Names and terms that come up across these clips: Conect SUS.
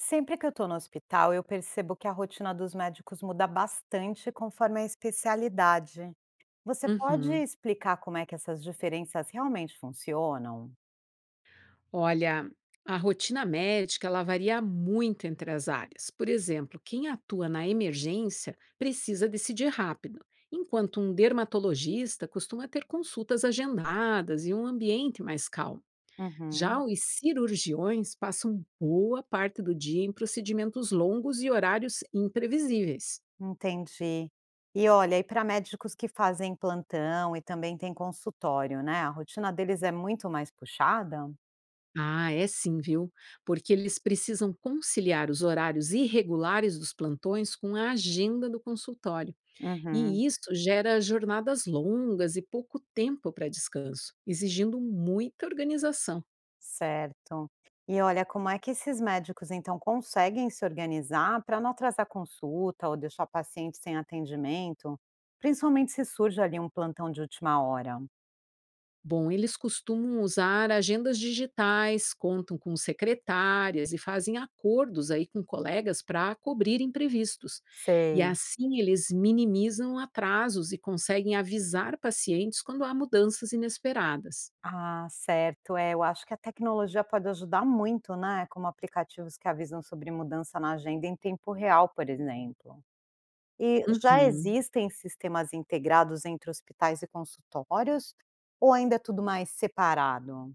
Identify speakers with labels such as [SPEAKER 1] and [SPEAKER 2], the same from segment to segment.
[SPEAKER 1] Sempre que eu estou no hospital, eu percebo que a rotina dos médicos muda bastante conforme a especialidade. Você pode
[SPEAKER 2] Uhum.
[SPEAKER 1] explicar como é que essas diferenças realmente funcionam?
[SPEAKER 2] Olha, a rotina médica ela varia muito entre as áreas. Por exemplo, quem atua na emergência precisa decidir rápido, enquanto um dermatologista costuma ter consultas agendadas e um ambiente mais calmo. Já
[SPEAKER 1] Uhum,
[SPEAKER 2] os cirurgiões passam boa parte do dia em procedimentos longos e horários imprevisíveis.
[SPEAKER 1] entendi. E olha, e para médicos que fazem plantão e também têm consultório, né? A rotina deles é muito mais puxada?
[SPEAKER 2] Ah, é sim, viu? Porque eles precisam conciliar os horários irregulares dos plantões com a agenda do consultório.
[SPEAKER 1] Uhum.
[SPEAKER 2] E isso gera jornadas longas e pouco tempo para descanso, exigindo muita organização.
[SPEAKER 1] Certo. E olha, como é que esses médicos então conseguem se organizar para não atrasar consulta ou deixar paciente sem atendimento, principalmente se surge ali um plantão de última hora?
[SPEAKER 2] Bom, eles costumam usar agendas digitais, contam com secretárias e fazem acordos aí com colegas para cobrir imprevistos. E
[SPEAKER 1] Sei.
[SPEAKER 2] assim eles minimizam atrasos e conseguem avisar pacientes quando há mudanças inesperadas.
[SPEAKER 1] Ah, certo. É, eu acho que a tecnologia pode ajudar muito, né? Como aplicativos que avisam sobre mudança na agenda em tempo real, por exemplo. E já
[SPEAKER 2] Uhum.
[SPEAKER 1] existem sistemas integrados entre hospitais e consultórios? Ou ainda é tudo mais separado?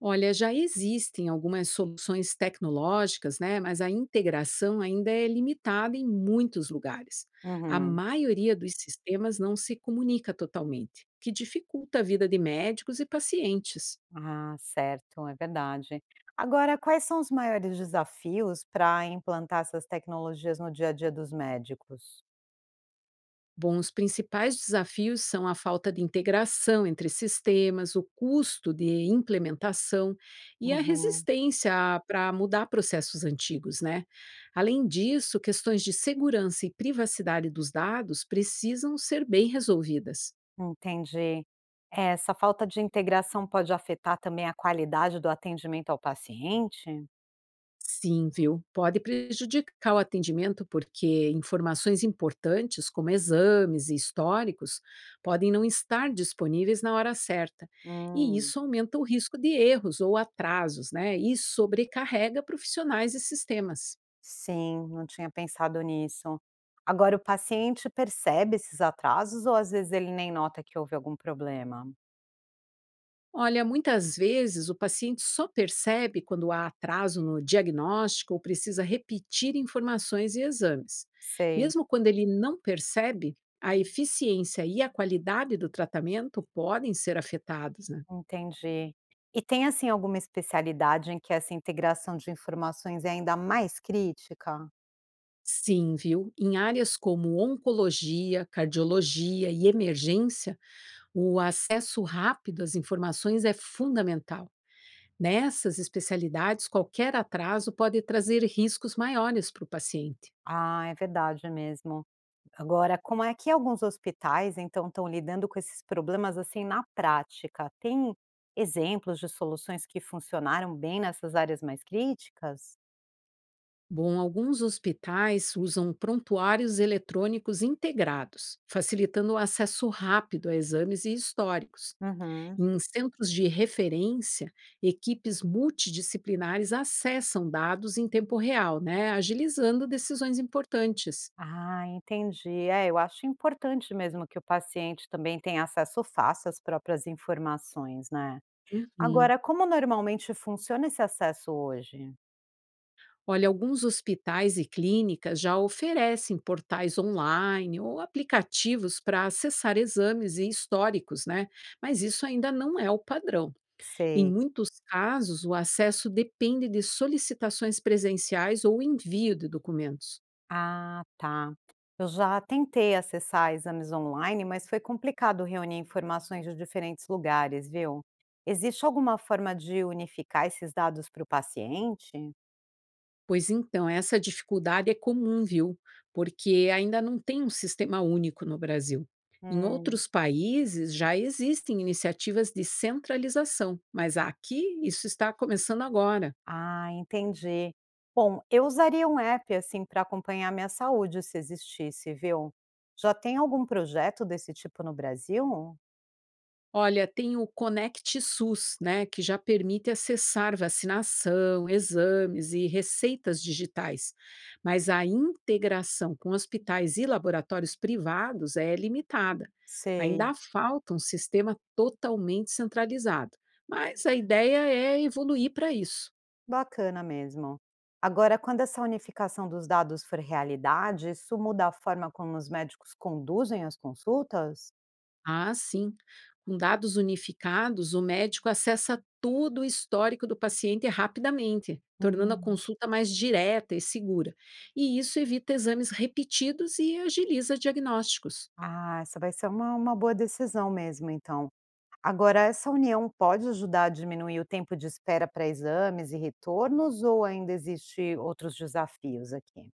[SPEAKER 2] Olha, já existem algumas soluções tecnológicas, né? Mas a integração ainda é limitada em muitos lugares. A
[SPEAKER 1] Uhum.
[SPEAKER 2] maioria dos sistemas não se comunica totalmente, o que dificulta a vida de médicos e pacientes.
[SPEAKER 1] Ah, certo, é verdade. Agora, quais são os maiores desafios para implantar essas tecnologias no dia a dia dos médicos?
[SPEAKER 2] Bom, os principais desafios são a falta de integração entre sistemas, o custo de implementação e a
[SPEAKER 1] Uhum,
[SPEAKER 2] resistência para mudar processos antigos, né? Além disso, questões de segurança e privacidade dos dados precisam ser bem resolvidas.
[SPEAKER 1] entendi. É, essa falta de integração pode afetar também a qualidade do atendimento ao paciente?
[SPEAKER 2] Sim, viu? Pode prejudicar o atendimento porque informações importantes, como exames e históricos, podem não estar disponíveis na hora certa. E
[SPEAKER 1] Hum,
[SPEAKER 2] isso aumenta o risco de erros ou atrasos, né? E sobrecarrega profissionais e sistemas.
[SPEAKER 1] sim, não tinha pensado nisso. Agora, o paciente percebe esses atrasos ou às vezes ele nem nota que houve algum problema?
[SPEAKER 2] Olha, muitas vezes o paciente só percebe quando há atraso no diagnóstico ou precisa repetir informações e exames.
[SPEAKER 1] Sei.
[SPEAKER 2] Mesmo quando ele não percebe, a eficiência e a qualidade do tratamento podem ser afetados, né?
[SPEAKER 1] Entendi. E tem, assim, alguma especialidade em que essa integração de informações é ainda mais crítica?
[SPEAKER 2] Sim, viu? Em áreas como oncologia, cardiologia e emergência, o acesso rápido às informações é fundamental. Nessas especialidades, qualquer atraso pode trazer riscos maiores para o paciente.
[SPEAKER 1] Ah, é verdade mesmo. Agora, como é que alguns hospitais, então, estão lidando com esses problemas, assim, na prática? Tem exemplos de soluções que funcionaram bem nessas áreas mais críticas?
[SPEAKER 2] Bom, alguns hospitais usam prontuários eletrônicos integrados, facilitando o acesso rápido a exames e históricos.
[SPEAKER 1] Uhum.
[SPEAKER 2] Em centros de referência, equipes multidisciplinares acessam dados em tempo real, né, agilizando decisões importantes.
[SPEAKER 1] Ah, entendi. É, eu acho importante mesmo que o paciente também tenha acesso fácil às próprias informações, né?
[SPEAKER 2] Uhum.
[SPEAKER 1] Agora, como normalmente funciona esse acesso hoje?
[SPEAKER 2] Olha, alguns hospitais e clínicas já oferecem portais online ou aplicativos para acessar exames e históricos, né? Mas isso ainda não é o padrão. Em
[SPEAKER 1] Sei.
[SPEAKER 2] muitos casos, o acesso depende de solicitações presenciais ou envio de documentos.
[SPEAKER 1] Ah, tá. Eu já tentei acessar exames online, mas foi complicado reunir informações de diferentes lugares, viu? Existe alguma forma de unificar esses dados para o paciente?
[SPEAKER 2] Pois então, essa dificuldade é comum, viu? Porque ainda não tem um sistema único no Brasil. Em
[SPEAKER 1] Hum,
[SPEAKER 2] outros países já existem iniciativas de centralização, mas aqui isso está começando agora.
[SPEAKER 1] Ah, entendi. Bom, eu usaria um app assim para acompanhar minha saúde se existisse, viu? Já tem algum projeto desse tipo no Brasil?
[SPEAKER 2] Olha, tem o Conect SUS, né, que já permite acessar vacinação, exames e receitas digitais. Mas a integração com hospitais e laboratórios privados é limitada.
[SPEAKER 1] Sei.
[SPEAKER 2] Ainda falta um sistema totalmente centralizado. Mas a ideia é evoluir para isso.
[SPEAKER 1] Bacana mesmo. Agora, quando essa unificação dos dados for realidade, isso muda a forma como os médicos conduzem as consultas?
[SPEAKER 2] Ah, sim. Com dados unificados, o médico acessa todo o histórico do paciente rapidamente, tornando a
[SPEAKER 1] Hum,
[SPEAKER 2] consulta mais direta e segura. E isso evita exames repetidos e agiliza diagnósticos.
[SPEAKER 1] Ah, essa vai ser uma boa decisão mesmo, então. Agora, essa união pode ajudar a diminuir o tempo de espera para exames e retornos, ou ainda existe outros desafios aqui?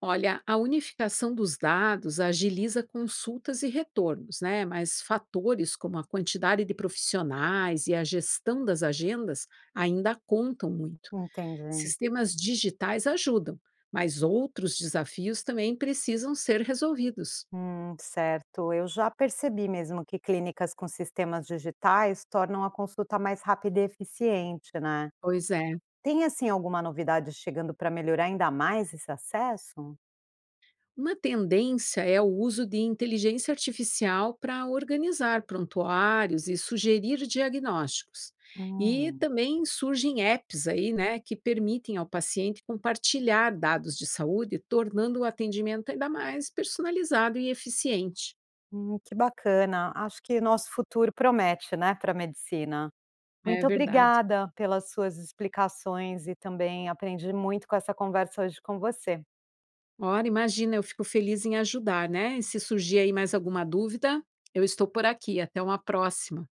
[SPEAKER 2] Olha, a unificação dos dados agiliza consultas e retornos, né? Mas fatores como a quantidade de profissionais e a gestão das agendas ainda contam muito.
[SPEAKER 1] Entendi.
[SPEAKER 2] Sistemas digitais ajudam, mas outros desafios também precisam ser resolvidos.
[SPEAKER 1] Certo. Eu já percebi mesmo que clínicas com sistemas digitais tornam a consulta mais rápida e eficiente, né?
[SPEAKER 2] Pois é.
[SPEAKER 1] Tem, assim, alguma novidade chegando para melhorar ainda mais esse acesso?
[SPEAKER 2] Uma tendência é o uso de inteligência artificial para organizar prontuários e sugerir diagnósticos. E
[SPEAKER 1] Hum.
[SPEAKER 2] também surgem apps aí, né, que permitem ao paciente compartilhar dados de saúde, tornando o atendimento ainda mais personalizado e eficiente.
[SPEAKER 1] Que bacana. Acho que nosso futuro promete, né, para a medicina.
[SPEAKER 2] É
[SPEAKER 1] Muito
[SPEAKER 2] verdade.
[SPEAKER 1] obrigada pelas suas explicações e também aprendi muito com essa conversa hoje com você.
[SPEAKER 2] Ora, imagina, eu fico feliz em ajudar, né? E se surgir aí mais alguma dúvida, eu estou por aqui. Até uma próxima.